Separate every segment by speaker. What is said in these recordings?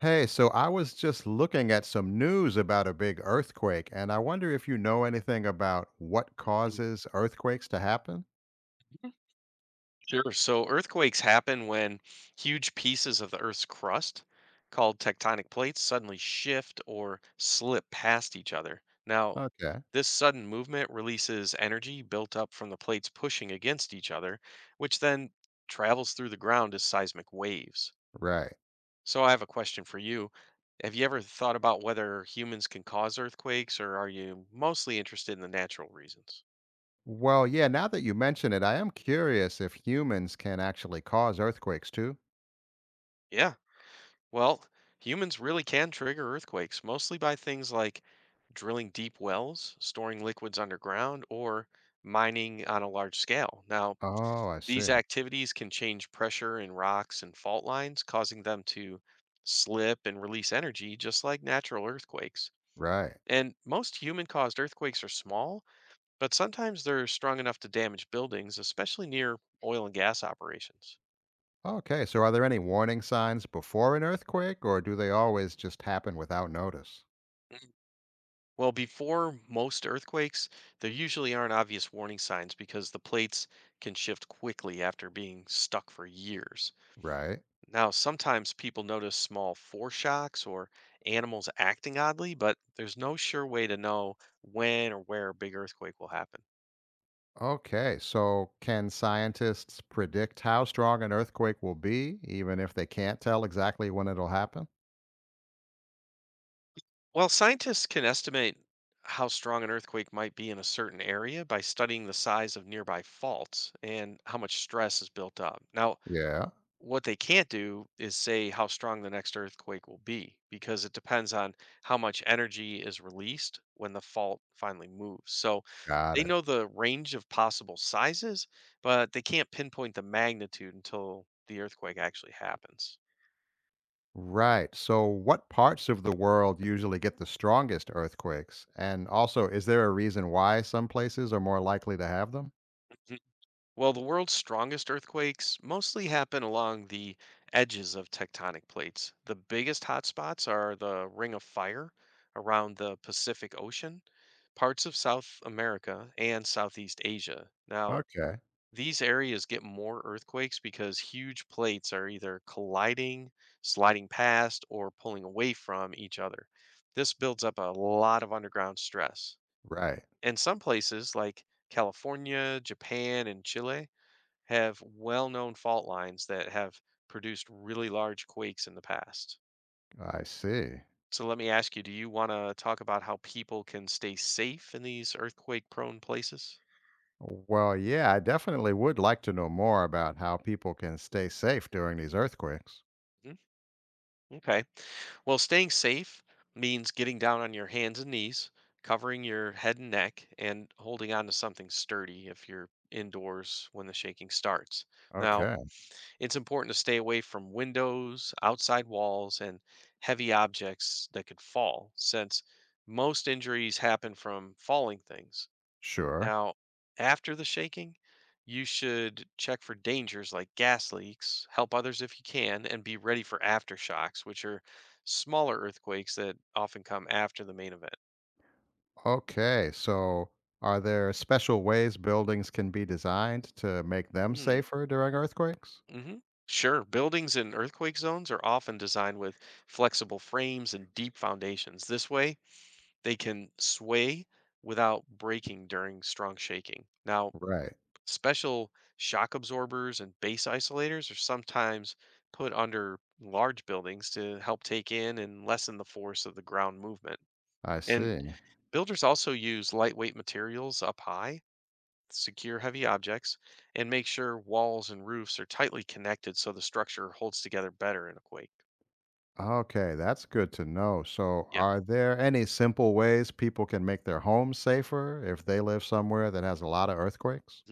Speaker 1: Hey, so I was just looking at some news about a big earthquake, and I wonder if you know anything about what
Speaker 2: Mhm.
Speaker 1: causes earthquakes to happen?
Speaker 2: Sure. So earthquakes happen when huge pieces of the Earth's crust, called tectonic plates, suddenly shift or slip past each other. Now,
Speaker 1: Okay,
Speaker 2: this sudden movement releases energy built up from the plates pushing against each other, which then travels through the ground as seismic waves.
Speaker 1: right.
Speaker 2: So I have a question for you. Have you ever thought about whether humans can cause earthquakes, or are you mostly interested in the natural reasons?
Speaker 1: Well, yeah, now that you mention it, I am curious if humans can actually cause earthquakes too.
Speaker 2: Yeah, well, humans really can trigger earthquakes, mostly by things like drilling deep wells, storing liquids underground, or mining on a large scale. Now,
Speaker 1: Oh, I
Speaker 2: these
Speaker 1: see.
Speaker 2: activities can change pressure in rocks and fault lines, causing them to slip and release energy, just like natural earthquakes.
Speaker 1: Right.
Speaker 2: And most human caused earthquakes are small, but sometimes they're strong enough to damage buildings, especially near oil and gas operations.
Speaker 1: Okay, so are there any warning signs before an earthquake, or do they always just happen without notice?
Speaker 2: Mhm. Well, before most earthquakes, there usually aren't obvious warning signs because the plates can shift quickly after being stuck for years.
Speaker 1: Right.
Speaker 2: Now, sometimes people notice small foreshocks or animals acting oddly, but there's no sure way to know when or where a big earthquake will happen.
Speaker 1: Okay, so can scientists predict how strong an earthquake will be, even if they can't tell exactly when it'll happen?
Speaker 2: Well, scientists can estimate how strong an earthquake might be in a certain area by studying the size of nearby faults and how much stress is built up. Now,
Speaker 1: Yeah,
Speaker 2: what they can't do is say how strong the next earthquake will be, because it depends on how much energy is released when the fault finally moves. So
Speaker 1: got
Speaker 2: they
Speaker 1: it.
Speaker 2: know the range of possible sizes, but they can't pinpoint the magnitude until the earthquake actually happens.
Speaker 1: Right. So, what parts of the world usually get the strongest earthquakes? And also, is there a reason why some places are more likely to have them?
Speaker 2: Well, the world's strongest earthquakes mostly happen along the edges of tectonic plates. The biggest hotspots are the Ring of Fire around the Pacific Ocean, parts of South America, and Southeast Asia. Now,
Speaker 1: Okay,
Speaker 2: these areas get more earthquakes because huge plates are either colliding, sliding past, or pulling away from each other. This builds up a lot of underground stress.
Speaker 1: right.
Speaker 2: In some places, like California, Japan, and Chile, have well-known fault lines that have produced really large quakes in the past.
Speaker 1: I see.
Speaker 2: So let me ask you, do you want to talk about how people can stay safe in these earthquake-prone places?
Speaker 1: Well, yeah, I definitely would like to know more about how people can stay safe during these earthquakes.
Speaker 2: Mhm. Okay. Well, staying safe means getting down on your hands and knees, covering your head and neck, and holding on to something sturdy if you're indoors when the shaking starts. Now,
Speaker 1: Okay,
Speaker 2: it's important to stay away from windows, outside walls, and heavy objects that could fall, since most injuries happen from falling things.
Speaker 1: sure.
Speaker 2: Now, after the shaking, you should check for dangers like gas leaks, help others if you can, and be ready for aftershocks, which are smaller earthquakes that often come after the main event.
Speaker 1: Okay, so are there special ways buildings can be designed to make them
Speaker 2: Mm,
Speaker 1: safer during earthquakes?
Speaker 2: hmm. Sure. Buildings in earthquake zones are often designed with flexible frames and deep foundations. This way, they can sway without breaking during strong shaking. Now,
Speaker 1: Right.
Speaker 2: special shock absorbers and base isolators are sometimes put under large buildings to help take in and lessen the force of the ground movement.
Speaker 1: I
Speaker 2: And
Speaker 1: see.
Speaker 2: builders also use lightweight materials up high, secure heavy objects, and make sure walls and roofs are tightly connected so the structure holds together better in a quake.
Speaker 1: Okay, that's good to know. So,
Speaker 2: Yeah.
Speaker 1: are there any simple ways people can make their homes safer if they live somewhere that has a lot of earthquakes?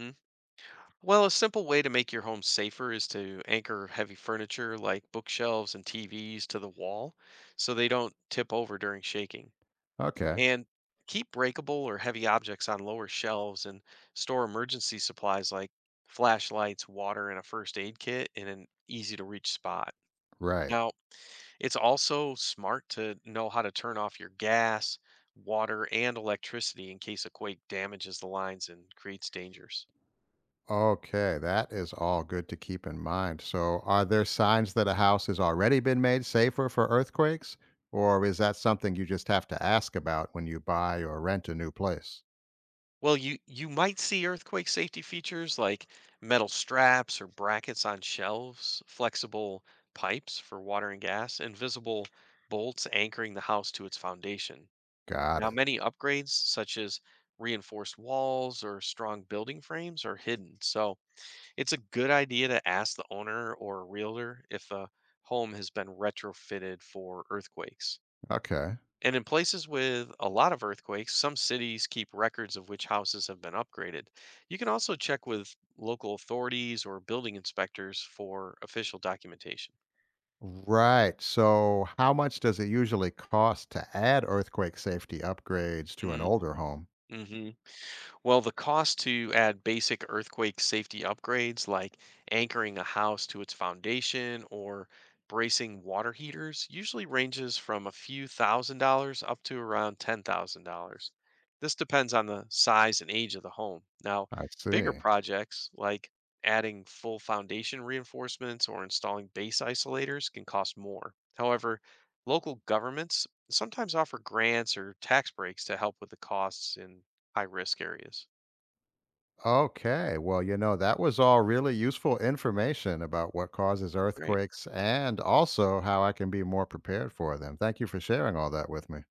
Speaker 2: Well, a simple way to make your home safer is to anchor heavy furniture like bookshelves and TVs to the wall so they don't tip over during shaking.
Speaker 1: Okay,
Speaker 2: And keep breakable or heavy objects on lower shelves, and store emergency supplies like flashlights, water, and a first aid kit in an easy to reach spot.
Speaker 1: right.
Speaker 2: Now, it's also smart to know how to turn off your gas, water, and electricity in case a quake damages the lines and creates dangers.
Speaker 1: Okay, that is all good to keep in mind. So, are there signs that a house has already been made safer for earthquakes, or is that something you just have to ask about when you buy or rent a new place?
Speaker 2: Well, you might see earthquake safety features like metal straps or brackets on shelves, flexible pipes for water and gas, and visible bolts anchoring the house to its foundation.
Speaker 1: Got
Speaker 2: Now,
Speaker 1: it.
Speaker 2: many upgrades such as reinforced walls or strong building frames are hidden. So, it's a good idea to ask the owner or a realtor if the home has been retrofitted for earthquakes.
Speaker 1: Okay.
Speaker 2: And in places with a lot of earthquakes, some cities keep records of which houses have been upgraded. You can also check with local authorities or building inspectors for official documentation.
Speaker 1: Right. So, how much does it usually cost to add earthquake safety upgrades to an
Speaker 2: Mm,
Speaker 1: older home?
Speaker 2: mhm. Well, the cost to add basic earthquake safety upgrades like anchoring a house to its foundation or bracing water heaters usually ranges from a few thousand dollars up to around $10,000. This depends on the size and age of the home. Now,
Speaker 1: I
Speaker 2: bigger
Speaker 1: see.
Speaker 2: projects like adding full foundation reinforcements or installing base isolators can cost more. However, local governments sometimes offer grants or tax breaks to help with the costs in high risk areas.
Speaker 1: Okay. Well, that was all really useful information about what causes
Speaker 2: Great.
Speaker 1: earthquakes and also how I can be more prepared for them. Thank you for sharing all that with me.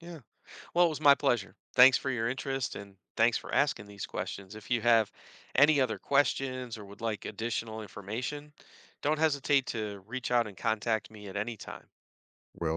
Speaker 2: Yeah. Well, it was my pleasure. Thanks for your interest and thanks for asking these questions. If you have any other questions or would like additional information, don't hesitate to reach out and contact me at any time.
Speaker 1: Will